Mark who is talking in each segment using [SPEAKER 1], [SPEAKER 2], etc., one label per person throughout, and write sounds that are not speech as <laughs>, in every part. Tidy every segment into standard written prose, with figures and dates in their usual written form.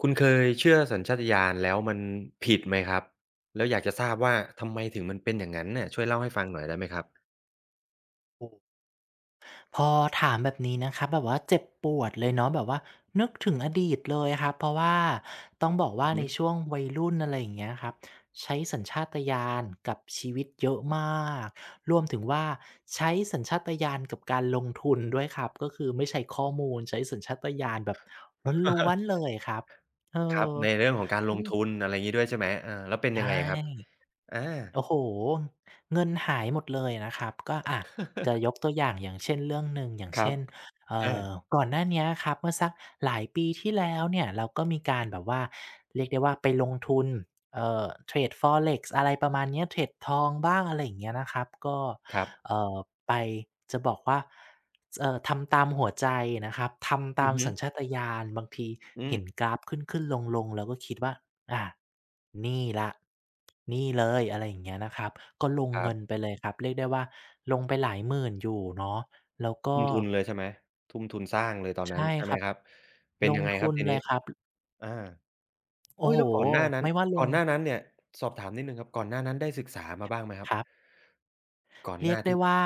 [SPEAKER 1] คุณเคยเชื่อสัญชาตญาณแล้วมันผิดไหมครับแล้วอยากจะทราบว่าทำไมถึงมันเป็นอย่างงั้นน่ะช่วยเล่าให้ฟังหน่อยได้ไหมครับ
[SPEAKER 2] โอ้พอถามแบบนี้นะครับแบบว่าเจ็บปวดเลยเนาะแบบว่านึกถึงอดีตเลยครับเพราะว่าต้องบอก
[SPEAKER 1] อื
[SPEAKER 2] ว่า
[SPEAKER 1] อฮึ
[SPEAKER 2] ในช่วงวัยรุ่นอะไรอย่างเงี้ยครับใช้สัญชาตญาณกับชีวิตเยอะมากรวมถึงว่าใช้สัญชาตญาณกับการลงทุนด้วยครับก็คือไม่ใช้ข้อมูลใช้สัญชาตญาณแบบล้วนๆเลยครับเอ
[SPEAKER 1] ครับ
[SPEAKER 2] อ
[SPEAKER 1] ในเรื่องของการล
[SPEAKER 2] อื
[SPEAKER 1] งทุ
[SPEAKER 2] ม
[SPEAKER 1] นอะไรงี้ด้วยใช่ไหมอาแล้วเป็น
[SPEAKER 2] ใช่
[SPEAKER 1] ยังไงครับอา
[SPEAKER 2] โอ้โหเงินหายหมดเลยนะครับก็อะจะยกตัวอย่างอย่างเช่นเรื่องหนึ่งอย่าง
[SPEAKER 1] ครับ
[SPEAKER 2] เช่นเอ่
[SPEAKER 1] อา
[SPEAKER 2] อก่อนหน้าเนี้ยครับเมื่อสักหลายปีที่แล้วเนี่ยเราก็มีการแบบว่าเรียกได้ว่าไปลงทุนเทรด Forex อะไรประมาณเนี้ยเทรดทองบ้างอะไรอย่างเงี้ยนะครับก็
[SPEAKER 1] ครับ
[SPEAKER 2] เอ่อไปจะบอกว่าสทำตามหัวใจนะครับทำ
[SPEAKER 1] อื
[SPEAKER 2] ตา
[SPEAKER 1] อ
[SPEAKER 2] ม
[SPEAKER 1] ฮึ
[SPEAKER 2] สัญชาตญาณบางที
[SPEAKER 1] อืม
[SPEAKER 2] เห็นกราฟขึ้นๆลงๆเราก็คิดว่า อ่านี่ละนี่เลยอะไรอย่างเงี้ยนะครับก็ลง
[SPEAKER 1] ครั
[SPEAKER 2] เงินไป
[SPEAKER 1] บ
[SPEAKER 2] เลยครับเรียกได้ว่าลงไปหลายหมื่นอยู่เนาะแล้วก็
[SPEAKER 1] ทุ่มทุนเลยใช่ไหมทุ่มทุนสร้างเลยตอนนั้น
[SPEAKER 2] ใช่
[SPEAKER 1] ใช่
[SPEAKER 2] ค
[SPEAKER 1] ไหม
[SPEAKER 2] รับ
[SPEAKER 1] ครับเป็
[SPEAKER 2] ล
[SPEAKER 1] นยั
[SPEAKER 2] ง
[SPEAKER 1] งไงค
[SPEAKER 2] ทุ
[SPEAKER 1] รับ
[SPEAKER 2] น
[SPEAKER 1] ที
[SPEAKER 2] เล
[SPEAKER 1] นี้
[SPEAKER 2] ยครับ
[SPEAKER 1] อา
[SPEAKER 2] โอ้
[SPEAKER 1] เฮ้ย
[SPEAKER 2] โฮ
[SPEAKER 1] แล้วก่อนหน้านั้น
[SPEAKER 2] ไม่ว่าล
[SPEAKER 1] ก่อ
[SPEAKER 2] ง
[SPEAKER 1] นหน้านั้นเนี่ยสอบถามนิดหนึ่งครับก่อนหน้านั้นได้ศึกษามาบ้างไหมครั
[SPEAKER 2] ค
[SPEAKER 1] บ
[SPEAKER 2] รับ
[SPEAKER 1] ก่อนห
[SPEAKER 2] เรีย
[SPEAKER 1] น้า
[SPEAKER 2] กได้
[SPEAKER 1] ที่จะ
[SPEAKER 2] ว่า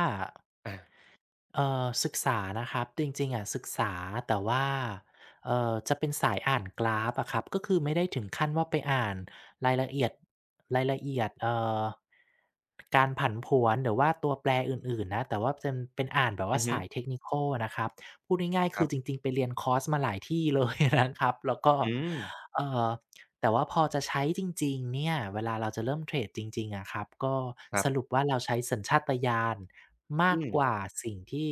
[SPEAKER 1] อา
[SPEAKER 2] ศึกษานะครับจริงๆอะศึกษาแต่ว่าจะเป็นสายอ่านกราฟอะครับก็คือไม่ได้ถึงขั้นว่าไปอ่านรายละเอียดรายละเอียดอการผันผวนหรือว่าตัวแปรอื่นๆนะแต่ว่าเป็นอ่านแบบ
[SPEAKER 1] อื
[SPEAKER 2] ว่า
[SPEAKER 1] อฮึ
[SPEAKER 2] สาย Technical อะนะครับพูดง่ายๆ
[SPEAKER 1] ค
[SPEAKER 2] คื
[SPEAKER 1] รั
[SPEAKER 2] อจ
[SPEAKER 1] บ
[SPEAKER 2] ริงๆไปเรียนคอร์สมาหลายที่เลย <laughs> นะครับแล้วก็
[SPEAKER 1] อืม
[SPEAKER 2] เอ่อ แต่ว่าพอจะใช้จริงๆเนี่ยเวลาเราจะเริ่มเทรดจริงๆอะครับก็
[SPEAKER 1] ครั
[SPEAKER 2] สรุป
[SPEAKER 1] บ
[SPEAKER 2] ว่าเราใช้สัญชาตญาณมาก
[SPEAKER 1] อืม
[SPEAKER 2] กว่าสิ่งที่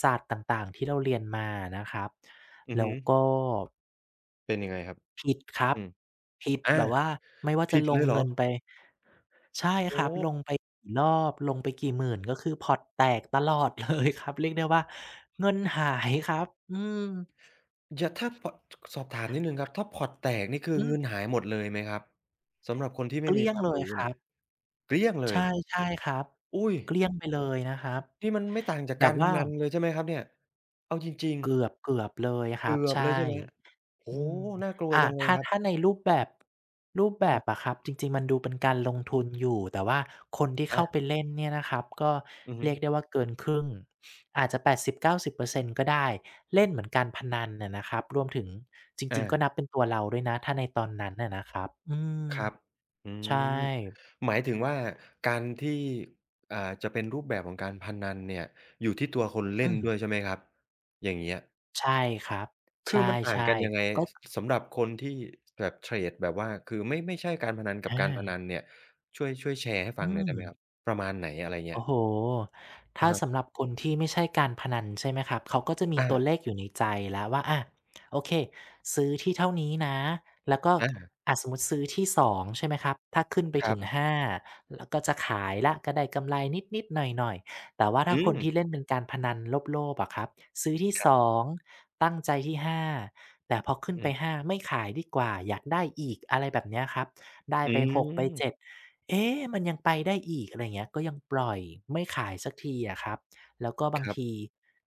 [SPEAKER 2] ศาสตร์ต่างๆที่เราเรียนมานะครับ
[SPEAKER 1] อือ
[SPEAKER 2] แล้
[SPEAKER 1] ฮึ
[SPEAKER 2] วก็
[SPEAKER 1] เป็นยังไงครับ
[SPEAKER 2] ผิดครับ
[SPEAKER 1] อืม
[SPEAKER 2] ผิด
[SPEAKER 1] อา
[SPEAKER 2] แบบว่าไม่ว่าจะ
[SPEAKER 1] ผิด
[SPEAKER 2] ล
[SPEAKER 1] เล
[SPEAKER 2] ง
[SPEAKER 1] ยเหรอ
[SPEAKER 2] เงินไปใช่ครั
[SPEAKER 1] โอ้
[SPEAKER 2] บลงไปกี่รอบลงไปกี่หมื่นก็คือพอร์ตแตกตลอดเลยครับเรียกได้ว่าเงินหายครับอืม
[SPEAKER 1] อย่าถ้าพอสอบถามนิดหนึ่งครับ ถ้าพอร์ตแตกนี่คือ
[SPEAKER 2] อื
[SPEAKER 1] เงิน
[SPEAKER 2] ม
[SPEAKER 1] หายหมดเลยไหมครับ สำหรับคนที่
[SPEAKER 2] เก
[SPEAKER 1] ไม่มี
[SPEAKER 2] ลี้ย
[SPEAKER 1] ค
[SPEAKER 2] ง
[SPEAKER 1] วาม
[SPEAKER 2] เลย
[SPEAKER 1] รู้
[SPEAKER 2] ครั
[SPEAKER 1] เนี่ย
[SPEAKER 2] บ
[SPEAKER 1] เกลี้ยงเลย
[SPEAKER 2] ใช่ใช่ครับ
[SPEAKER 1] อุ๊ย
[SPEAKER 2] เกลี้ยงไปเลยนะครับ
[SPEAKER 1] นี่มันไม่ต่างจาก
[SPEAKER 2] แบ
[SPEAKER 1] กา
[SPEAKER 2] บ
[SPEAKER 1] รพ
[SPEAKER 2] ว่า
[SPEAKER 1] นันเลยใช่ไหมครับเนี่ย เอาจริง
[SPEAKER 2] เกือบเลย
[SPEAKER 1] ๆ
[SPEAKER 2] ครับ
[SPEAKER 1] เกือบเลย
[SPEAKER 2] ใช่
[SPEAKER 1] ใช่ไหมโอ้
[SPEAKER 2] อืม
[SPEAKER 1] โฮน่ากลัว
[SPEAKER 2] อ่า
[SPEAKER 1] จังเลย
[SPEAKER 2] ถ้า
[SPEAKER 1] ครับ
[SPEAKER 2] ในรูปแบบ
[SPEAKER 1] อา
[SPEAKER 2] อะครับจริงๆมันดูเป็นการลงทุนอยู่แต่ว่าคนที่เข้าไป
[SPEAKER 1] อา
[SPEAKER 2] เล่นเนี่ยนะครับก็
[SPEAKER 1] อือฮึ
[SPEAKER 2] เรียกได้ว่าเกินครึ่งอาจจะ80-90%กาสิบเปอร์เซ็นต์ก็ได้เล่นเหมือนการพนันอะนะครับรวมถึงจริ
[SPEAKER 1] อา
[SPEAKER 2] งๆก็นับเป็นตัวเราด้วยนะถ้าในตอนนั้นน่ะนะครับอืม
[SPEAKER 1] ครับอื
[SPEAKER 2] ใช่
[SPEAKER 1] มหมายถึงว่าการที่อ่าจะเป็นรูปแบบของการพนันเนี่ยอยู่ที่ตัวคน
[SPEAKER 2] อื
[SPEAKER 1] เล่น
[SPEAKER 2] ม
[SPEAKER 1] ด้วยใช่ไหมครับอย่างเงี้ย
[SPEAKER 2] ใช่ครับใช
[SPEAKER 1] คือมันต่าง
[SPEAKER 2] ่
[SPEAKER 1] กันยังไง
[SPEAKER 2] ๆก็
[SPEAKER 1] สสำหรับคนที่แบบเทรดแบบว่าคือไม่ไม่ใช่การพนันกับการพนั
[SPEAKER 2] อา
[SPEAKER 1] นเนี่ยช่วยช่วยแชร์ให้
[SPEAKER 2] อื
[SPEAKER 1] ฟังหน่อย
[SPEAKER 2] ม
[SPEAKER 1] ได้ไหมครับประมาณไหนอะไรเงี้
[SPEAKER 2] โอ้
[SPEAKER 1] ย
[SPEAKER 2] โฮ
[SPEAKER 1] อะ
[SPEAKER 2] ถ้า
[SPEAKER 1] ฮะ
[SPEAKER 2] สำหรับคนที่ไม่ใช่การพนันใช่ไหมครับเขาก็จะมี
[SPEAKER 1] อา
[SPEAKER 2] ตัวเลขอยู่ในใจแล้วว่าอาโอเค ซื้อที่เท่านี้นะแล้วก็
[SPEAKER 1] อา
[SPEAKER 2] อ่าสมมุติซื้อที่สองใช่ไหมครับถ้าขึ้นไป
[SPEAKER 1] ครั
[SPEAKER 2] ถึง
[SPEAKER 1] บ
[SPEAKER 2] ห้าแล้วก็จะขายแล้วก็ได้กำไรนิดๆหน่อยๆแต่ว่าถ้า
[SPEAKER 1] อื
[SPEAKER 2] คน
[SPEAKER 1] ม
[SPEAKER 2] ที่เล่นเป็นการพนันโลภๆอะครับ ซื้อที่
[SPEAKER 1] ค
[SPEAKER 2] ส
[SPEAKER 1] รั
[SPEAKER 2] อ
[SPEAKER 1] บ
[SPEAKER 2] ง ตั้งใจที่ห้าแต่พอขึ้น
[SPEAKER 1] อื
[SPEAKER 2] ไป
[SPEAKER 1] ม
[SPEAKER 2] ห้าไม่ขายดีกว่าอยากได้อีกอะไรแบบเนี้ยครับได้
[SPEAKER 1] อื
[SPEAKER 2] ไปหกไปเจ็ด
[SPEAKER 1] ม
[SPEAKER 2] เอ๊ะมันยังไปได้อีกอะไรเงี้ยก็ยังปล่อยไม่ขายสักทีอะครับแล้วก็
[SPEAKER 1] ค
[SPEAKER 2] บาง
[SPEAKER 1] รั
[SPEAKER 2] ที
[SPEAKER 1] บ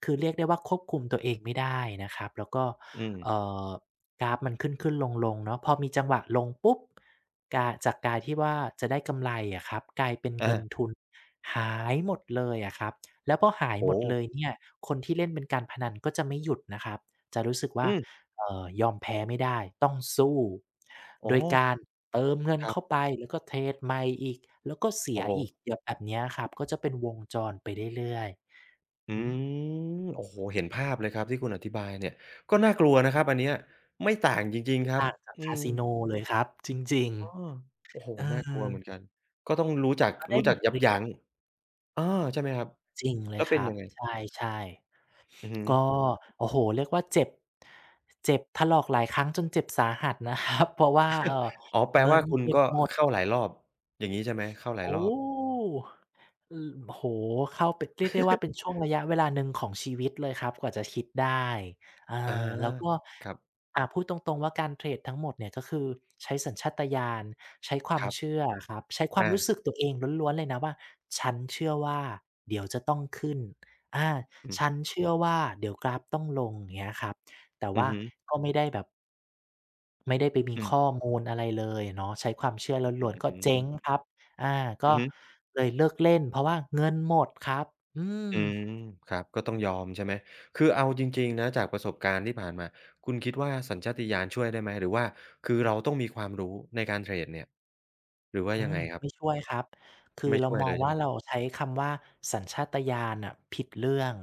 [SPEAKER 2] คือเรียกได้ว่าควบคุมตัวเองไม่ได้นะครับ แล้วก็
[SPEAKER 1] อืม
[SPEAKER 2] เอ่อกราฟมันขึ้นๆลงๆเนาะพอมีจังหวะลงปุ๊บกาจากการที่ว่าจะได้กำไรอะครับกลายเป็น
[SPEAKER 1] อา
[SPEAKER 2] เงินทุนหายหมดเลยอะครับแล้วพอหายหม
[SPEAKER 1] โอ้
[SPEAKER 2] ดเล
[SPEAKER 1] โฮ
[SPEAKER 2] ยเนี่ยคนที่เล่นเป็นการพนันก็จะไม่หยุดนะครับจะรู้สึกว่า
[SPEAKER 1] อืม
[SPEAKER 2] ยอมแพ้ไม่ได้ต้องสู้
[SPEAKER 1] อ๋
[SPEAKER 2] โดยกา
[SPEAKER 1] อ
[SPEAKER 2] รเติมเงิน
[SPEAKER 1] ครั
[SPEAKER 2] เข้า
[SPEAKER 1] บ
[SPEAKER 2] ไปแล้วก็เทรดใหม่อีกแล้วก็เสีย
[SPEAKER 1] โอ้โฮ
[SPEAKER 2] อีกเดี๋ยวแบบเนี้ยครับก็จะเป็นวงจรไปเรื่อย
[SPEAKER 1] อื
[SPEAKER 2] ๆอืม
[SPEAKER 1] มโอ้โฮเห็นภาพเลยครับที่คุณอธิบายเนี่ยก็น่ากลัวนะครับอันเนี้ยไม่ต่างจริง
[SPEAKER 2] ไม่
[SPEAKER 1] ๆครับ
[SPEAKER 2] ต่างจาก
[SPEAKER 1] อื
[SPEAKER 2] คา
[SPEAKER 1] ม
[SPEAKER 2] สิโนเลยครับจริง
[SPEAKER 1] เออโอ้โฮ
[SPEAKER 2] ๆเออ
[SPEAKER 1] น่ากลัวเหมือนกันก็ต้องรู้จัก
[SPEAKER 2] ก็ได้
[SPEAKER 1] รู้
[SPEAKER 2] บ
[SPEAKER 1] จัก
[SPEAKER 2] ท
[SPEAKER 1] ยับ
[SPEAKER 2] เรียน
[SPEAKER 1] ยั้งอาใช่ไหมครับ
[SPEAKER 2] จริงเลย
[SPEAKER 1] แล้ว
[SPEAKER 2] ค
[SPEAKER 1] เป็น
[SPEAKER 2] รับ
[SPEAKER 1] ยังไง
[SPEAKER 2] ใช่
[SPEAKER 1] อือฮึ
[SPEAKER 2] ๆก็โอ้โฮเรียกว่าเจ็บเจ็บถลอกหลายครั้งจนเจ็บสาหัสนะครับเพราะว่า
[SPEAKER 1] อ๋อแปล
[SPEAKER 2] เงิ
[SPEAKER 1] ว่า
[SPEAKER 2] น
[SPEAKER 1] คุณ
[SPEAKER 2] เก็บ
[SPEAKER 1] ก็
[SPEAKER 2] หมด
[SPEAKER 1] เข้าหลายรอบอย่างงี้ใช่ไหมเข้าหลายร
[SPEAKER 2] โอ้
[SPEAKER 1] อบ
[SPEAKER 2] อืมโอ้โฮเข้าไปเรียกได้ว่าเป็นช่วงระยะเวลาหนึ่งของชีวิตเลยครับกว่าจะคิดได้อา
[SPEAKER 1] อา
[SPEAKER 2] แล้วก็
[SPEAKER 1] ครับ
[SPEAKER 2] อ่าพูดตรงๆว่าการเทรดทั้งหมดเนี่ยก็คือใช้สัญชาตญาณใช้ควา
[SPEAKER 1] ค
[SPEAKER 2] ม
[SPEAKER 1] รับ
[SPEAKER 2] เชื่ออะครับใช้ความ
[SPEAKER 1] อา
[SPEAKER 2] รู้สึกตัวเองล้วนๆเลยนะว่าฉันเชื่อว่าเดี๋ยวจะต้องขึ้นอา
[SPEAKER 1] อืม
[SPEAKER 2] ฉันเชื่อว่าเดี๋ยวกราฟต้องลงอย่างเงี้ยครับแต่
[SPEAKER 1] อือ
[SPEAKER 2] ว่า
[SPEAKER 1] ฮึ
[SPEAKER 2] ก็ไม่ได้ไปมี
[SPEAKER 1] อืม
[SPEAKER 2] ข้อมูลอะไรเลยเนาะใช้ความเชื่อ
[SPEAKER 1] อื
[SPEAKER 2] ล้ว
[SPEAKER 1] อ
[SPEAKER 2] นๆก็เจ๊
[SPEAKER 1] ฮึ
[SPEAKER 2] งครับ อา
[SPEAKER 1] อื
[SPEAKER 2] ก็
[SPEAKER 1] อฮึ
[SPEAKER 2] เลยเลิกเล่นเพราะว่าเงินหมดครับอืม
[SPEAKER 1] อืมครับก็ต้องยอมใช่ไหมคือเอาจริงๆนะจากประสบการณ์ที่ผ่านมาคุณคิดว่าสัญชาตญาณช่วยได้ไหมหรือว่าคือเราต้องมีความรู้ในการเทรดเนี่ยหรือว่า
[SPEAKER 2] อื
[SPEAKER 1] ยัง
[SPEAKER 2] ม
[SPEAKER 1] ไงครั
[SPEAKER 2] ไม่
[SPEAKER 1] บ
[SPEAKER 2] ช่วยครับคือ
[SPEAKER 1] ไม่
[SPEAKER 2] เรา
[SPEAKER 1] ช่วย
[SPEAKER 2] มอ
[SPEAKER 1] เล
[SPEAKER 2] ง
[SPEAKER 1] ยใช่
[SPEAKER 2] ว่า
[SPEAKER 1] ไหม
[SPEAKER 2] เราใช้คำว่าสัญชาตญาณน่ะผิดเรื่อง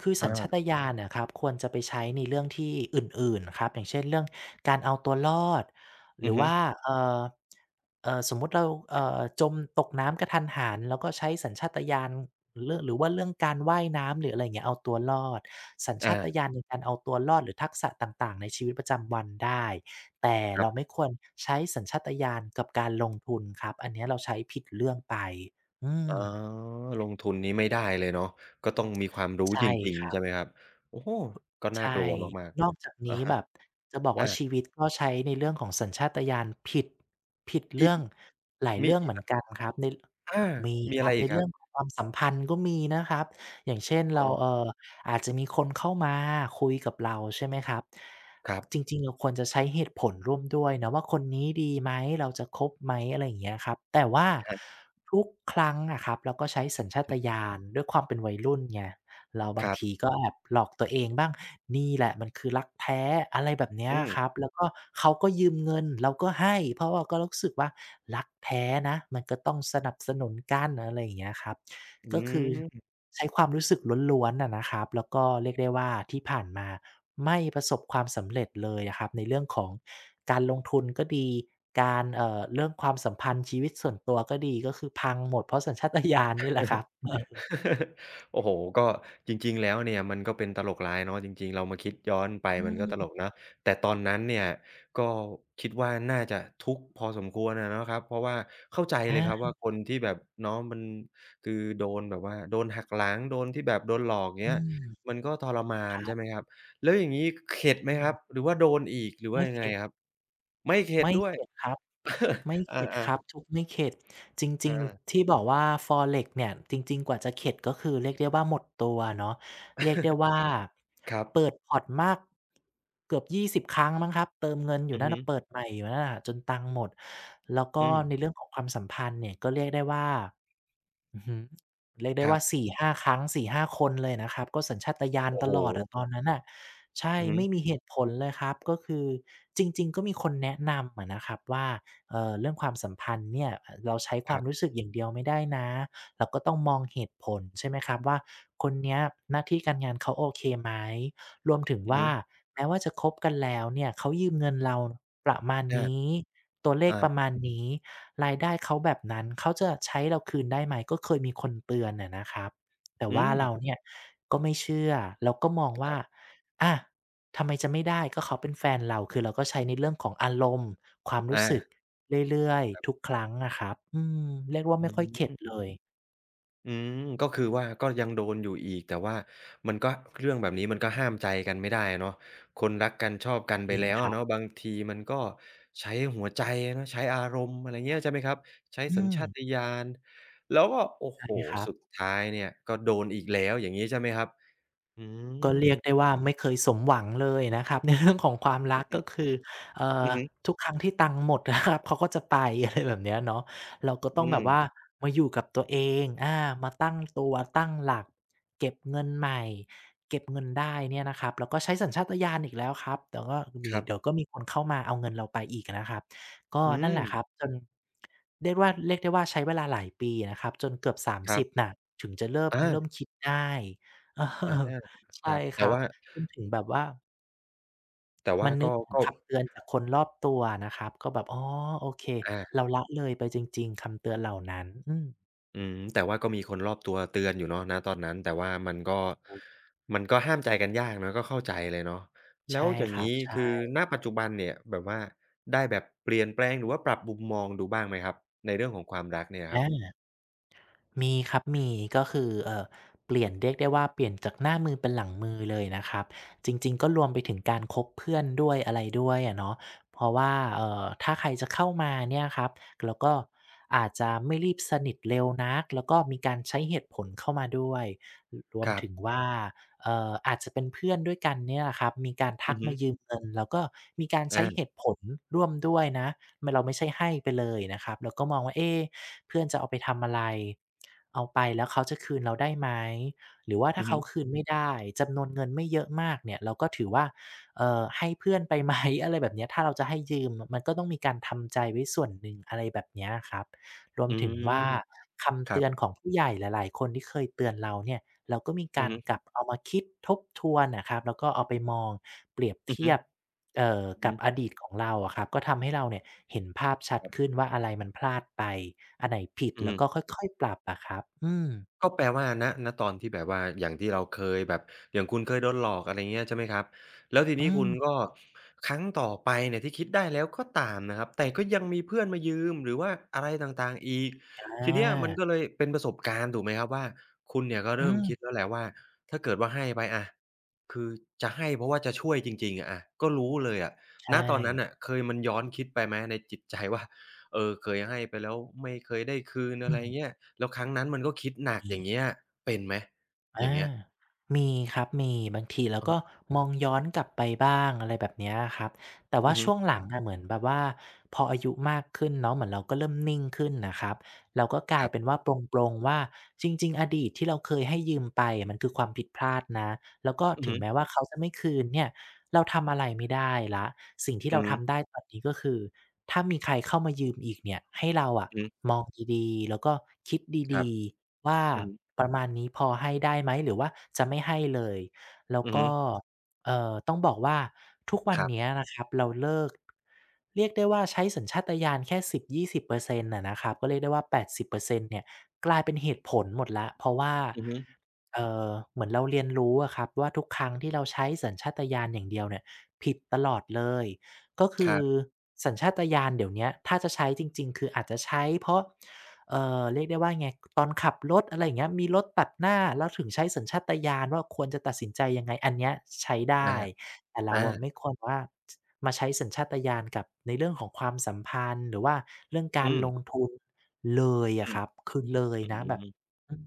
[SPEAKER 2] คือสั
[SPEAKER 1] อา
[SPEAKER 2] ญชาตญาณน่ะครับควรจะไปใช้ในเรื่องที่อื่นๆครับอย่างเช่นเรื่องการเอาตัวรอดห
[SPEAKER 1] อื
[SPEAKER 2] รื
[SPEAKER 1] อ
[SPEAKER 2] อ
[SPEAKER 1] ฮึ
[SPEAKER 2] ว่าเอ่อสมมุติเราจมตกน้ำกระทันหันเราก็ใช้สัญชาตญาณเรื่องหรือว่าเรื่องการว่ายน้ำหรืออะไรอย่างเงี้ยเอาตัวรอดสัญชา
[SPEAKER 1] อา
[SPEAKER 2] ตญาณในการเอาตัวรอดหรือทักษะต่างๆในชีวิตประจำวันได้ แต่
[SPEAKER 1] ครั
[SPEAKER 2] เรา
[SPEAKER 1] บ
[SPEAKER 2] ไม่ควรใช้สัญชาตญาณกับการลงทุนครับอันเนี้ยเราใช้ผิดเรื่องไปอื
[SPEAKER 1] อ๋
[SPEAKER 2] ม
[SPEAKER 1] อลงทุนนี้ไม่ได้เลยเนาะก็ต้องมีความรู้จ
[SPEAKER 2] ใช่
[SPEAKER 1] ริง
[SPEAKER 2] ค
[SPEAKER 1] ๆ
[SPEAKER 2] รับ
[SPEAKER 1] ใช่ไหมครับโอ้โฮก็น่า
[SPEAKER 2] ใช่
[SPEAKER 1] กลัวมาก
[SPEAKER 2] นอกจาก
[SPEAKER 1] ๆ
[SPEAKER 2] นี้
[SPEAKER 1] อะฮะ
[SPEAKER 2] แบบจะบอก
[SPEAKER 1] อา
[SPEAKER 2] ว่าชีวิตก็ใช้ในเรื่องของสัญชาตญาณผิด
[SPEAKER 1] อี
[SPEAKER 2] เรื่
[SPEAKER 1] ก
[SPEAKER 2] องหลาย
[SPEAKER 1] มี
[SPEAKER 2] เรื่อง
[SPEAKER 1] อี
[SPEAKER 2] เห
[SPEAKER 1] ก
[SPEAKER 2] มือนกันครับใน
[SPEAKER 1] อา
[SPEAKER 2] มี
[SPEAKER 1] มี
[SPEAKER 2] ค
[SPEAKER 1] อะ
[SPEAKER 2] รั
[SPEAKER 1] ไร
[SPEAKER 2] บ
[SPEAKER 1] อี
[SPEAKER 2] ใน
[SPEAKER 1] กค
[SPEAKER 2] เรื่
[SPEAKER 1] รั
[SPEAKER 2] องข
[SPEAKER 1] บ
[SPEAKER 2] องความสัมพันธ์ก็มีนะครับอย่างเช่น
[SPEAKER 1] อ๋อ
[SPEAKER 2] เราอาจจะมีคนเข้ามาคุยกับเราใช่ไหมครับ
[SPEAKER 1] ครั
[SPEAKER 2] จ
[SPEAKER 1] บ
[SPEAKER 2] ริงๆเราควรจะใช้เหตุผลร่วมด้วยนะว่าคนนี้ดีไหมเราจะคบไหมอะไรอย่างเงี้ยครับแต่ว่า
[SPEAKER 1] อะฮะ
[SPEAKER 2] ทุกครั้งอะครับเราก็ใช้สัญชาตญาณด้วยความเป็นวัยรุ่นไง เราบา
[SPEAKER 1] ค
[SPEAKER 2] ง
[SPEAKER 1] รั
[SPEAKER 2] ที
[SPEAKER 1] บ
[SPEAKER 2] ก็แอบหลอกตัวเองบ้างนี่แหละมันคือรักแท้อะไรแบบเนี้ย
[SPEAKER 1] อืม
[SPEAKER 2] ครับแล้วก็เขาก็ยืมเงินเราก็ให้เพราะว่าก็รู้สึกว่ารักแท้นะมันก็ต้องสนับสนุนกันอะไรอย่างเงี้ยครับ
[SPEAKER 1] อื
[SPEAKER 2] ก็คือ
[SPEAKER 1] ม
[SPEAKER 2] ใช้ความรู้สึกล้วนๆอะนะครับแล้วก็เรียกได้ว่าที่ผ่านมาไม่ประสบความสำเร็จเลยอะครับในเรื่องของการลงทุนก็ดีการเรื่องความสัมพันธ์ชีวิตส่วนตัวก็ดีก็คือพังหมดเพราะสัญชาตญาณนี่แหละครับเออ
[SPEAKER 1] <laughs> โอ้โฮก็จริงๆ แล้วเนี่ยมันก็เป็นตลกร้ายเนาะจริงๆเรามาคิดย้อนไป
[SPEAKER 2] อื
[SPEAKER 1] มันก็ตล
[SPEAKER 2] ม
[SPEAKER 1] กเนาะแต่ตอนนั้นเนี่ยก็คิดว่าน่าจะทุกข์พอสมควรอะเนาะครับเพราะว่าเข้าใจเลยครับ
[SPEAKER 2] อา
[SPEAKER 1] ว่าคนที่แบบเนาะมันคือโดนแบบว่าโดนหักหลังโดนที่แบบโดนหลอกเงี้
[SPEAKER 2] อื
[SPEAKER 1] ย
[SPEAKER 2] ม
[SPEAKER 1] มันก็ทรมา
[SPEAKER 2] ค
[SPEAKER 1] น
[SPEAKER 2] รั
[SPEAKER 1] ใช่ไหม
[SPEAKER 2] บ
[SPEAKER 1] ครับแล้วอย่างงี้เข็ดไหม
[SPEAKER 2] อื
[SPEAKER 1] ครับ
[SPEAKER 2] ม
[SPEAKER 1] หรือว่าโดนอีกหรือว่า
[SPEAKER 2] ไม่
[SPEAKER 1] ยังไง
[SPEAKER 2] เข็ด
[SPEAKER 1] ครับไม่เข็ด
[SPEAKER 2] ไม่
[SPEAKER 1] ด้วย
[SPEAKER 2] เข็ดครับไม่
[SPEAKER 1] <laughs> อ
[SPEAKER 2] เข็ด
[SPEAKER 1] า
[SPEAKER 2] ครับ
[SPEAKER 1] ๆ
[SPEAKER 2] ทุบไม่เข็ดจริ
[SPEAKER 1] อา
[SPEAKER 2] ง
[SPEAKER 1] <laughs>
[SPEAKER 2] ๆ
[SPEAKER 1] ๆ
[SPEAKER 2] ที่บอกว่า Forex เนี่ยจริงๆกว่าจะเข็ดก็คือเรียกได้ว่าหมดตัวเนาะเรียกได้ว่า
[SPEAKER 1] ครับ
[SPEAKER 2] เปิดพอร์ตมากเกือบ20ครั้งมั้งครับเติมเงินอยู่
[SPEAKER 1] อือ
[SPEAKER 2] นั่น
[SPEAKER 1] ฮึ
[SPEAKER 2] น่ะเปิดใหม่อยู่นั่นน่ะจนตังค์หมดแล้วก็
[SPEAKER 1] อืม
[SPEAKER 2] ในเรื่องของความสัมพันธ์เนี่ยก็เรียกได้ว่า อือฮเรียกได้
[SPEAKER 1] ครั
[SPEAKER 2] ว่า
[SPEAKER 1] บ
[SPEAKER 2] 4-5ครั้ง4-5คนเลยนะครับก็สัญชาตญาณ
[SPEAKER 1] โอ้
[SPEAKER 2] ต
[SPEAKER 1] โฮ
[SPEAKER 2] ลอดอะตอนนั้นน่ะใช่
[SPEAKER 1] อือฮึ
[SPEAKER 2] ไม่มีเหตุผลเลยครับก็คือจริงๆก็มีคนแนะนำอะนะครับว่าเรื่องความสัมพันธ์เนี่ยเราใช้ค
[SPEAKER 1] ค
[SPEAKER 2] วาม
[SPEAKER 1] รั
[SPEAKER 2] รู้
[SPEAKER 1] บ
[SPEAKER 2] สึกอย่างเดียวไม่ได้นะเราก็ต้องมองเหตุผลใช่ไหมครับว่าคนเนี้ยหน้าที่การงานเขาโอเคไหมรวมถึง
[SPEAKER 1] อือ
[SPEAKER 2] ว่า
[SPEAKER 1] ฮึ
[SPEAKER 2] แม้ว่าจะคบกันแล้วเนี่ยเขายืมเงินเราประมาณ
[SPEAKER 1] อา
[SPEAKER 2] นี้ตัวเลขประ
[SPEAKER 1] อา
[SPEAKER 2] มาณนี้ รายได้เขาแบบนั้นเขาจะใช้เราคืนได้ไหมก็เคยมีคนเตือนอะนะครับแต่
[SPEAKER 1] อื
[SPEAKER 2] ว่าเรา
[SPEAKER 1] ม
[SPEAKER 2] เนี่ยก็ไม่เชื่อเราก็มอง
[SPEAKER 1] ค
[SPEAKER 2] ว่า
[SPEAKER 1] รับ
[SPEAKER 2] อะทำไมจะไม่ได้ก็เขาเป็นแฟนเราคือเราก็ใช้ในเรื่องของอารมณ์ความรู้
[SPEAKER 1] อา
[SPEAKER 2] สึกเรื่อยๆทุกครั้งอะครับอืมเรียกว่าไม่
[SPEAKER 1] อื
[SPEAKER 2] ค่อยเข็ดเล
[SPEAKER 1] ม
[SPEAKER 2] ย
[SPEAKER 1] อืมก็คือว่าก็ยังโดนอยู่อีกแต่ว่ามันก็เรื่องแบบนี้มันก็ห้ามใจกันไม่ได้อะเนาะคนรักกันชอบกัน
[SPEAKER 2] จ
[SPEAKER 1] ไป
[SPEAKER 2] ริง
[SPEAKER 1] แล้ว
[SPEAKER 2] ค
[SPEAKER 1] อะ
[SPEAKER 2] รับ
[SPEAKER 1] เนาะบางทีมันก็ใช้หัวใจอะเนาะใช้อารมณ์อะไรเงี้ยใช่ไหมครับใช้
[SPEAKER 2] อื
[SPEAKER 1] สัญ
[SPEAKER 2] ม
[SPEAKER 1] ชาตญาณแล้วก็โอ้โฮ
[SPEAKER 2] ใช่ครับ
[SPEAKER 1] สุดท้ายเนี่ยก็โดนอีกแล้วอย่างงี้ใช่ไหมครับอื
[SPEAKER 2] ก็เรีย
[SPEAKER 1] ม
[SPEAKER 2] กได้ว่าไม่เคยสมหวังเลยนะครับ <laughs> ในเรื่องของความ
[SPEAKER 1] อื
[SPEAKER 2] รัก
[SPEAKER 1] อ
[SPEAKER 2] ก็
[SPEAKER 1] ฮึ
[SPEAKER 2] คือเอ่อ
[SPEAKER 1] อือฮึ
[SPEAKER 2] ทุกครั้งที่ตังค์หมดนะครับ <laughs> เขาก็จะไปอะไรแบบเนี้ยเนาะเราก็ต้อง
[SPEAKER 1] อื
[SPEAKER 2] แบบว่า
[SPEAKER 1] ม
[SPEAKER 2] มาอยู่กับตัวเองอามาตั้งตัวตั้งหลักเก็บเงินใหม่เก็บเงินได้เนี่ยนะครับแล้วก็ใช้สัญชาตญาณอีกแล้วครับแต่ก็มี
[SPEAKER 1] ครับ
[SPEAKER 2] เดี๋ยวก็มีคนเข้ามาเอาเงินเราไปอีกอะนะครับก็
[SPEAKER 1] อื
[SPEAKER 2] นั่นแหละครับ
[SPEAKER 1] ม
[SPEAKER 2] จนเรียกว่าเรียกได้ว่าใช้เวลาหลายปีนะครับจนเกือบส
[SPEAKER 1] ครั
[SPEAKER 2] 30
[SPEAKER 1] บ
[SPEAKER 2] น่ะถึงจะ
[SPEAKER 1] อา
[SPEAKER 2] เริ่มคิดได้ <laughs> เออ
[SPEAKER 1] อาค
[SPEAKER 2] ใช่
[SPEAKER 1] รับ
[SPEAKER 2] ค
[SPEAKER 1] แต่
[SPEAKER 2] รับ
[SPEAKER 1] ว่า
[SPEAKER 2] จนถึงแบบว่า
[SPEAKER 1] แต่ว่า
[SPEAKER 2] มันนึ
[SPEAKER 1] ก็
[SPEAKER 2] กถึง
[SPEAKER 1] ก็
[SPEAKER 2] คำเตือนจากคนรอบตัวอะนะครับก็แบบอ๋อโอเค
[SPEAKER 1] อา
[SPEAKER 2] เราละเลยไปจริงๆคำเตือนเหล่านั้นอืม
[SPEAKER 1] อืมแต่ว่าก็มีคนรอบตัวเตือนอยู่เนาะณตอนนั้นแต่ว่ามันก็มันก็ห้ามใจกันยากเนาะก็เข้าใจเลยเนาะแล้ว
[SPEAKER 2] ใช่
[SPEAKER 1] อย่า
[SPEAKER 2] ค
[SPEAKER 1] ง
[SPEAKER 2] รับ
[SPEAKER 1] งี้คือ
[SPEAKER 2] ใช่
[SPEAKER 1] ณปัจจุบันเนี่ยแบบว่าได้แบบเปลี่ยนแปลงหรือว่าปรับมุมมองดูบ้างไหมครับในเรื่องของความรักเนี่ยครับ
[SPEAKER 2] อา มีครับมีก็คือเออเปลี่ยนเรียกได้ว่าเปลี่ยนจากหน้ามือเป็นหลังมือเลยนะครับจริงๆก็รวมไปถึงการคบเพื่อนด้วยอะไรด้วยอะเนาะเพราะว่าเออถ้าใครจะเข้ามาเนี่ยครับแล้วก็อาจจะไม่รีบสนิทเร็วนักแล้วก็มีการใช้เหตุผลเข้ามาด้วยรรวม
[SPEAKER 1] ครับ
[SPEAKER 2] ถึงว่าอาจจะเป็นเพื่อนด้วยกันเนี่ยแหละครับมีการทั
[SPEAKER 1] อื
[SPEAKER 2] ก
[SPEAKER 1] อฮึ
[SPEAKER 2] มายืมเงินแล้วก็มีการใช้
[SPEAKER 1] อา
[SPEAKER 2] เหตุผลร่วมด้วยนะ ไม่เราไม่ใช่ให้ไปเลยนะครับเราก็มองว่าเอ๊ะเพื่อนจะเอาไปทำอะไรเอาไปแล้วเขาจะคืนเราได้ไหมหรือว่า
[SPEAKER 1] อื
[SPEAKER 2] ถ้า
[SPEAKER 1] อฮึ
[SPEAKER 2] เขาคืนไม่ได้จำนวนเงินไม่เยอะมากเนี่ยเราก็ถือว่าให้เพื่อนไปไหม <laughs> อะไรแบบเนี้ยถ้าเราจะให้ยืมมันก็ต้องมีการทำใจไว้ส่วนหนึ่งอะไรแบบเนี้ยครับรวม
[SPEAKER 1] อื
[SPEAKER 2] ถึง
[SPEAKER 1] ม
[SPEAKER 2] ว่า
[SPEAKER 1] ค
[SPEAKER 2] คำ
[SPEAKER 1] รั
[SPEAKER 2] เตือนข
[SPEAKER 1] บ
[SPEAKER 2] องผู้ใหญ่หลายๆคนที่เคยเตือนเราเนี่ย เราก็มี
[SPEAKER 1] อื
[SPEAKER 2] กา
[SPEAKER 1] อ
[SPEAKER 2] ร
[SPEAKER 1] ฮึ
[SPEAKER 2] กลับเอามาคิดทบทวนนะครับแล้วก็เอาไปมองเปรียบ
[SPEAKER 1] ๆอือ
[SPEAKER 2] เที
[SPEAKER 1] ฮึ
[SPEAKER 2] ยบกับ
[SPEAKER 1] ๆ
[SPEAKER 2] อดีตของเราอะครับก็ทำให้เราเนี่ยเห็นภาพชัด
[SPEAKER 1] ครั
[SPEAKER 2] ขึ้น
[SPEAKER 1] บ
[SPEAKER 2] ว่าอะไรมันพลาดไปอันไหนผิด
[SPEAKER 1] อื
[SPEAKER 2] แล้วก็ค
[SPEAKER 1] ม
[SPEAKER 2] ่อยๆปรับอะครับอืม
[SPEAKER 1] ก็แปลว่าณตอนที่แบบว่าอย่างที่เราเคยแบบอย่างคุณเคยโดนหลอกอะไรเงี้ยใช่ไหมครับแล้วที
[SPEAKER 2] อื
[SPEAKER 1] นี้คุณก็
[SPEAKER 2] ม
[SPEAKER 1] ครั้งต่อไปเนี่ยที่คิดได้แล้วก็ตามนะครับแต่ก็ยังมีเพื่อนมายืมหรือว่าอะไรต่างๆอีกที
[SPEAKER 2] อา
[SPEAKER 1] เนี้ยมันก็เลยเป็นประสบการณ์ถูกไหมครับว่าคุณเนี่ยก็
[SPEAKER 2] อื
[SPEAKER 1] เริ่มคิดแล้
[SPEAKER 2] ม
[SPEAKER 1] วแหละว่าถ้าเกิดว่าให้ไปอะคือจะให้เพราะว่าจะช่วยจริงๆอะอะก็รู้เลยอะ
[SPEAKER 2] ใช่
[SPEAKER 1] ณตอนนั้นน่ะเคยมันย้อนคิดไปไหมในจิตใจ <laughs> ว่า เออเคยให้ไปแล้วไม่เคยได้คืน
[SPEAKER 2] อื
[SPEAKER 1] อะไรเงี้
[SPEAKER 2] ม
[SPEAKER 1] ยแล้วครั้งนั้นมันก็คิดหนัก
[SPEAKER 2] มี
[SPEAKER 1] อย่างเงี้ยเป็นไหมอ
[SPEAKER 2] อา
[SPEAKER 1] ย่างเงี้ย
[SPEAKER 2] มีครับมีบางทีเรา
[SPEAKER 1] อะ
[SPEAKER 2] ก็
[SPEAKER 1] ฮะ
[SPEAKER 2] มองย้อนกลับไปบ้างอะไรแบบเนี้ยครับแต่ว่า
[SPEAKER 1] อือฮึ
[SPEAKER 2] ช่วงหลังอะเหมือนแบบว่าพออายุมากขึ้นเนาะเหมือนเราก็เริ่มนิ่งขึ้นน่ะครับเราก็กลา
[SPEAKER 1] ค
[SPEAKER 2] ย
[SPEAKER 1] รั
[SPEAKER 2] เป็น
[SPEAKER 1] บ
[SPEAKER 2] ว่าปลงๆว่าจริงๆอดีตที่เราเคยให้ยืมไปอะมันคือความผิดพลาดนะแล้วก็
[SPEAKER 1] อือ
[SPEAKER 2] ถึง
[SPEAKER 1] ฮึ
[SPEAKER 2] แม้ว่าเขาจะไม่คืนเนี่ยเราทำอะไรไม่ได้แล้วสิ่งที่
[SPEAKER 1] อื
[SPEAKER 2] เรา
[SPEAKER 1] อฮึ
[SPEAKER 2] ทำได้ตอนนี้ก็คือ ถ้ามีใครเข้ามายืมอีกเนี่ยให้เราอะ
[SPEAKER 1] อือฮึ
[SPEAKER 2] มองดีๆแล้วก็คิด
[SPEAKER 1] ครับ
[SPEAKER 2] ดีๆว่า
[SPEAKER 1] อือฮึ
[SPEAKER 2] ประมาณนี้พอให้ได้ไหมหรือว่าจะไม่ให้เลยแล้ว
[SPEAKER 1] อือฮึ
[SPEAKER 2] ก็ต้องบอกว่าทุกวั
[SPEAKER 1] ค
[SPEAKER 2] น
[SPEAKER 1] รั
[SPEAKER 2] เนี้ย
[SPEAKER 1] บ
[SPEAKER 2] นะครับเราเลิกเรียกได้ว่าใช้สัญชาตญาณแค่10-20%อร์เซ็นต์อะนะครับก็เรียกได้ว่า80%เปอร์เซ็นต์เนี่ยกลายเป็นเหตุผลหมดแล้วเพราะว่า
[SPEAKER 1] อือฮึ
[SPEAKER 2] เหมือนเราเรียนรู้อะครับว่าทุกครั้งที่เราใช้สัญชาตญาณอย่างเดียวเนี่ยผิดตลอดเลย ก็
[SPEAKER 1] ค
[SPEAKER 2] คือ
[SPEAKER 1] รับ
[SPEAKER 2] สัญชาตญาณเดี๋ยวเนี้ยถ้าจะใช้จริงๆคืออาจจะใช้เพราะเรียกได้ว่าไงตอนขับรถอะไรอย่างเงี้ยมีรถตัดหน้าเราถึงใช้สัญชาตญาณว่าควรจะตัดสินใจยังไงอันเนี้ยใช้
[SPEAKER 1] อา
[SPEAKER 2] ได้แต่เราอะไม่
[SPEAKER 1] อา
[SPEAKER 2] ควรว่ามาใช้สัญชาตญาณกับในเรื่องของความสัมพันธ์หรือว่าเรื่องการ
[SPEAKER 1] อืม
[SPEAKER 2] ลงทุนเลยอะ
[SPEAKER 1] อื
[SPEAKER 2] ค
[SPEAKER 1] อ
[SPEAKER 2] รับคือเลย
[SPEAKER 1] อื
[SPEAKER 2] นะแบบ
[SPEAKER 1] ม
[SPEAKER 2] อืม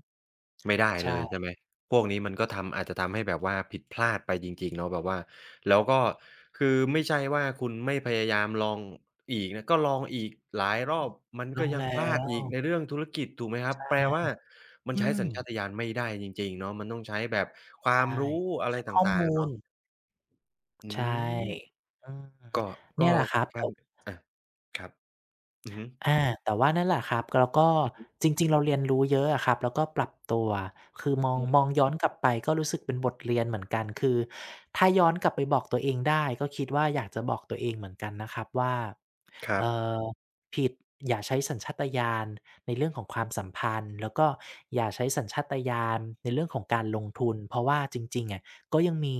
[SPEAKER 1] ไม่ได้เลยใช่
[SPEAKER 2] ใช่
[SPEAKER 1] ไหมพวกนี้มันก็ทำอาจจะทำให้แบบว่าผิดพลาดไปจริงๆเนาะแบบว่าแล้วก็คือไม่ใช่ว่าคุณไม่พยายามลองอีกนะก็ลองอีกหลายรอบมัน
[SPEAKER 2] ล
[SPEAKER 1] ก็
[SPEAKER 2] ง
[SPEAKER 1] ยัง
[SPEAKER 2] แล้
[SPEAKER 1] พลาด
[SPEAKER 2] ว
[SPEAKER 1] อีกในเรื่องธุรกิจถูกไหมครั
[SPEAKER 2] ใช
[SPEAKER 1] บแปล
[SPEAKER 2] ่
[SPEAKER 1] ว่ามัน
[SPEAKER 2] อื
[SPEAKER 1] ใช้
[SPEAKER 2] ม
[SPEAKER 1] สัญชาตญาณไม่ได้จริงๆเนาะมันต้องใช้แบบความ
[SPEAKER 2] ใช่
[SPEAKER 1] รู้
[SPEAKER 2] ต้อง
[SPEAKER 1] อะไร
[SPEAKER 2] เช็กข้อ
[SPEAKER 1] ต่างๆ
[SPEAKER 2] มูล
[SPEAKER 1] เนาะอื
[SPEAKER 2] ใช่
[SPEAKER 1] ม
[SPEAKER 2] อืม
[SPEAKER 1] ก็ก็
[SPEAKER 2] เนี่ยแหละค
[SPEAKER 1] ค่
[SPEAKER 2] รั
[SPEAKER 1] อ
[SPEAKER 2] บ
[SPEAKER 1] น
[SPEAKER 2] แต่
[SPEAKER 1] ข้างอะครับอือฮึ
[SPEAKER 2] อาแต่ว่านั่นแหละครับแล้วก็
[SPEAKER 1] อือฮึ
[SPEAKER 2] จริงๆเราเรียนรู้เยอะอะครับ แล้วก็ปรับตัว คือมอง
[SPEAKER 1] อื
[SPEAKER 2] มอ
[SPEAKER 1] ม
[SPEAKER 2] งย้อนกลับไปก็รู้สึกเป็นบทเรียนเหมือนกันคือถ้าย้อนกลับไปบอกตัวเองได้ก็คิดว่าอยากจะบอกตัวเองเหมือนกันนะครับว่า
[SPEAKER 1] ครับ
[SPEAKER 2] เอ่อผิดอย่าใช้สัญชาตญาณในเรื่องของความสัมพันธ์แล้วก็อย่าใช้สัญชาตญาณในเรื่องของการลงทุนเพราะว่าจริงๆอะ ก็ยังมี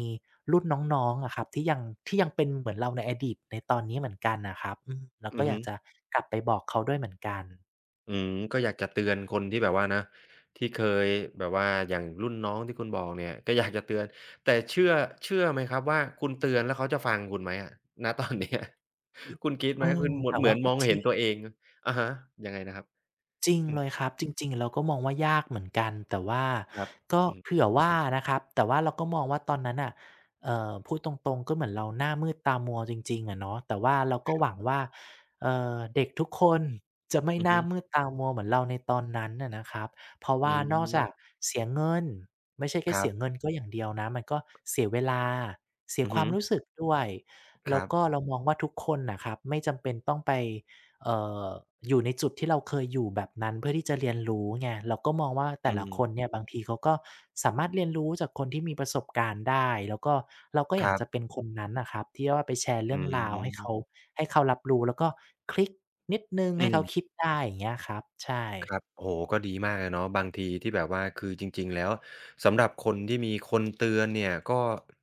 [SPEAKER 2] รุ่นน้องๆอะครับที่ยังที่ยังเป็นเหมือนเราในอดีตในตอนนี้เหมือนกันน่ะครับอืมเราก็
[SPEAKER 1] อือ
[SPEAKER 2] อ
[SPEAKER 1] ฮึ
[SPEAKER 2] ยากจะกลับไปบอกเขาด้วยเหมือนกัน
[SPEAKER 1] อืมก็อยากจะเตือนคนที่แบบว่านะที่เคยแบบว่าอย่างรุ่นน้องที่คุณบอกเนี่ยก็อยากจะเตือนแต่เชื่อไหมครับว่าคุณเตือนแล้วเขาจะฟังคุณไหมอะณตอนเนี้ย
[SPEAKER 2] ที่
[SPEAKER 1] <laughs> คุณคิด
[SPEAKER 2] เอ
[SPEAKER 1] ไหม
[SPEAKER 2] อ
[SPEAKER 1] คุณเหมือน
[SPEAKER 2] แต่
[SPEAKER 1] เหมื
[SPEAKER 2] ว่า
[SPEAKER 1] อนม
[SPEAKER 2] ก็
[SPEAKER 1] อง
[SPEAKER 2] จริ
[SPEAKER 1] เห็น
[SPEAKER 2] ง
[SPEAKER 1] ตัวเองอะฮะยังไงนะครับ
[SPEAKER 2] จริง
[SPEAKER 1] อืม
[SPEAKER 2] เลยครับจริงๆเราก็มองว่ายากเหมือนกันแต่ว่า
[SPEAKER 1] ครับ
[SPEAKER 2] ก็
[SPEAKER 1] อืม
[SPEAKER 2] เผื่อว่านะครับแต่ว่าเราก็มองว่าตอนนั้นน่ะพูดตรงๆก็เหมือนเราหน้ามืดตามัวจริงๆอะเนาะแต่ว่าเราก็หวังว่าเด็กทุกคนจะไม่
[SPEAKER 1] อื
[SPEAKER 2] ห
[SPEAKER 1] อ
[SPEAKER 2] น้า
[SPEAKER 1] ฮึ
[SPEAKER 2] มืดตามัวเหมือนเราในตอนนั้นน่ะนะครับเพราะ
[SPEAKER 1] อื
[SPEAKER 2] ว่านอกจาก
[SPEAKER 1] ม
[SPEAKER 2] เสียเงินไม่ใช่แค่
[SPEAKER 1] ครั
[SPEAKER 2] เสีย
[SPEAKER 1] บ
[SPEAKER 2] เงินก็อย่างเดียวนะมันก็เสียเวลาเสีย
[SPEAKER 1] อือ
[SPEAKER 2] ควา
[SPEAKER 1] ฮึ
[SPEAKER 2] มรู้สึกด้วย
[SPEAKER 1] ค
[SPEAKER 2] แล้ว
[SPEAKER 1] รับ
[SPEAKER 2] ก็เรามองว่าทุกคนน่ะครับไม่จำเป็นต้องไป เอ่ออยู่ในจุดที่เราเคยอยู่แบบนั้นเพื่อที่จะเรียนรู้ไงเราก็มองว่าแต่
[SPEAKER 1] อื
[SPEAKER 2] ละ
[SPEAKER 1] ม
[SPEAKER 2] คนเนี่ยบางทีเขาก็สามารถเรียนรู้จากคนที่มีประสบการณ์ได้แล้วก็เราก็อ
[SPEAKER 1] ค
[SPEAKER 2] ยาก
[SPEAKER 1] รั
[SPEAKER 2] จะเป็น
[SPEAKER 1] บ
[SPEAKER 2] คนนั้นน่ะครับที่ว่าไปแชร์
[SPEAKER 1] อื
[SPEAKER 2] เรื่องราวให้เขา
[SPEAKER 1] ม
[SPEAKER 2] ให้เขารับรู้แล้วก็คลิกนิดหนึ่ง
[SPEAKER 1] อื
[SPEAKER 2] ให้เขาคิ
[SPEAKER 1] ม
[SPEAKER 2] ดได้อย่างเงี้ยครับใช่
[SPEAKER 1] ครับโอ้โฮก็ดีมากเลยเนาะบางทีที่แบบว่าคือจริงๆแล้วสำหรับคนที่มีคนเตือนเนี่ยก็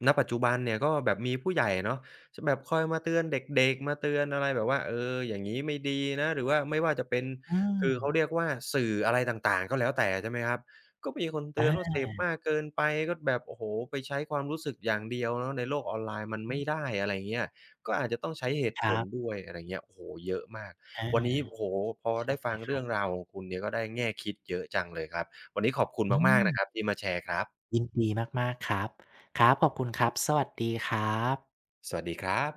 [SPEAKER 1] ณปัจจุบันเนี่ยก็แบบมีผู้ใหญ่เนาะชแบบคอยมาเตือนเด็กๆมาเตือนอะไรแบบว่าเอออย่างงี้ไม่ดีนะหรือว่าไม่ว่าจะเป็น
[SPEAKER 2] อืม
[SPEAKER 1] คือเขาเรียกว่าสื่ออะไรต่างๆก็แล้วแต่ใช่ไหมครับก็มีคนเตือนว่า
[SPEAKER 2] อา
[SPEAKER 1] เสพมากเกินไปก็แบบโอ้โฮไปใช้ความรู้สึกอย่างเดียวเนาะในโลกออนไลน์มัน
[SPEAKER 2] อือ
[SPEAKER 1] ไม่ได้อะไรอย่างเงี้ยก็อาจจะต้องใช้เหตุ
[SPEAKER 2] ค
[SPEAKER 1] ผ
[SPEAKER 2] รั
[SPEAKER 1] ล
[SPEAKER 2] บ
[SPEAKER 1] ด้วยอะไรอย่างเงี้ยโอ้โฮเยอะมาก
[SPEAKER 2] อา
[SPEAKER 1] วันนี้โอ้โฮพอ
[SPEAKER 2] ใช่
[SPEAKER 1] ได้
[SPEAKER 2] เล
[SPEAKER 1] ฟัง
[SPEAKER 2] ยครั
[SPEAKER 1] เรื่
[SPEAKER 2] บ
[SPEAKER 1] องราวของคุณเนี่ยก็ได้แง่คิดเยอะจังเลยครับวันนี้ขอบคุณ
[SPEAKER 2] อื
[SPEAKER 1] มากๆนะครับ
[SPEAKER 2] ม
[SPEAKER 1] ที่มาแชร์ครับ
[SPEAKER 2] ยินดีมากๆครับครับขอบคุณครับสวัสดีครับ
[SPEAKER 1] สวัสดีครับ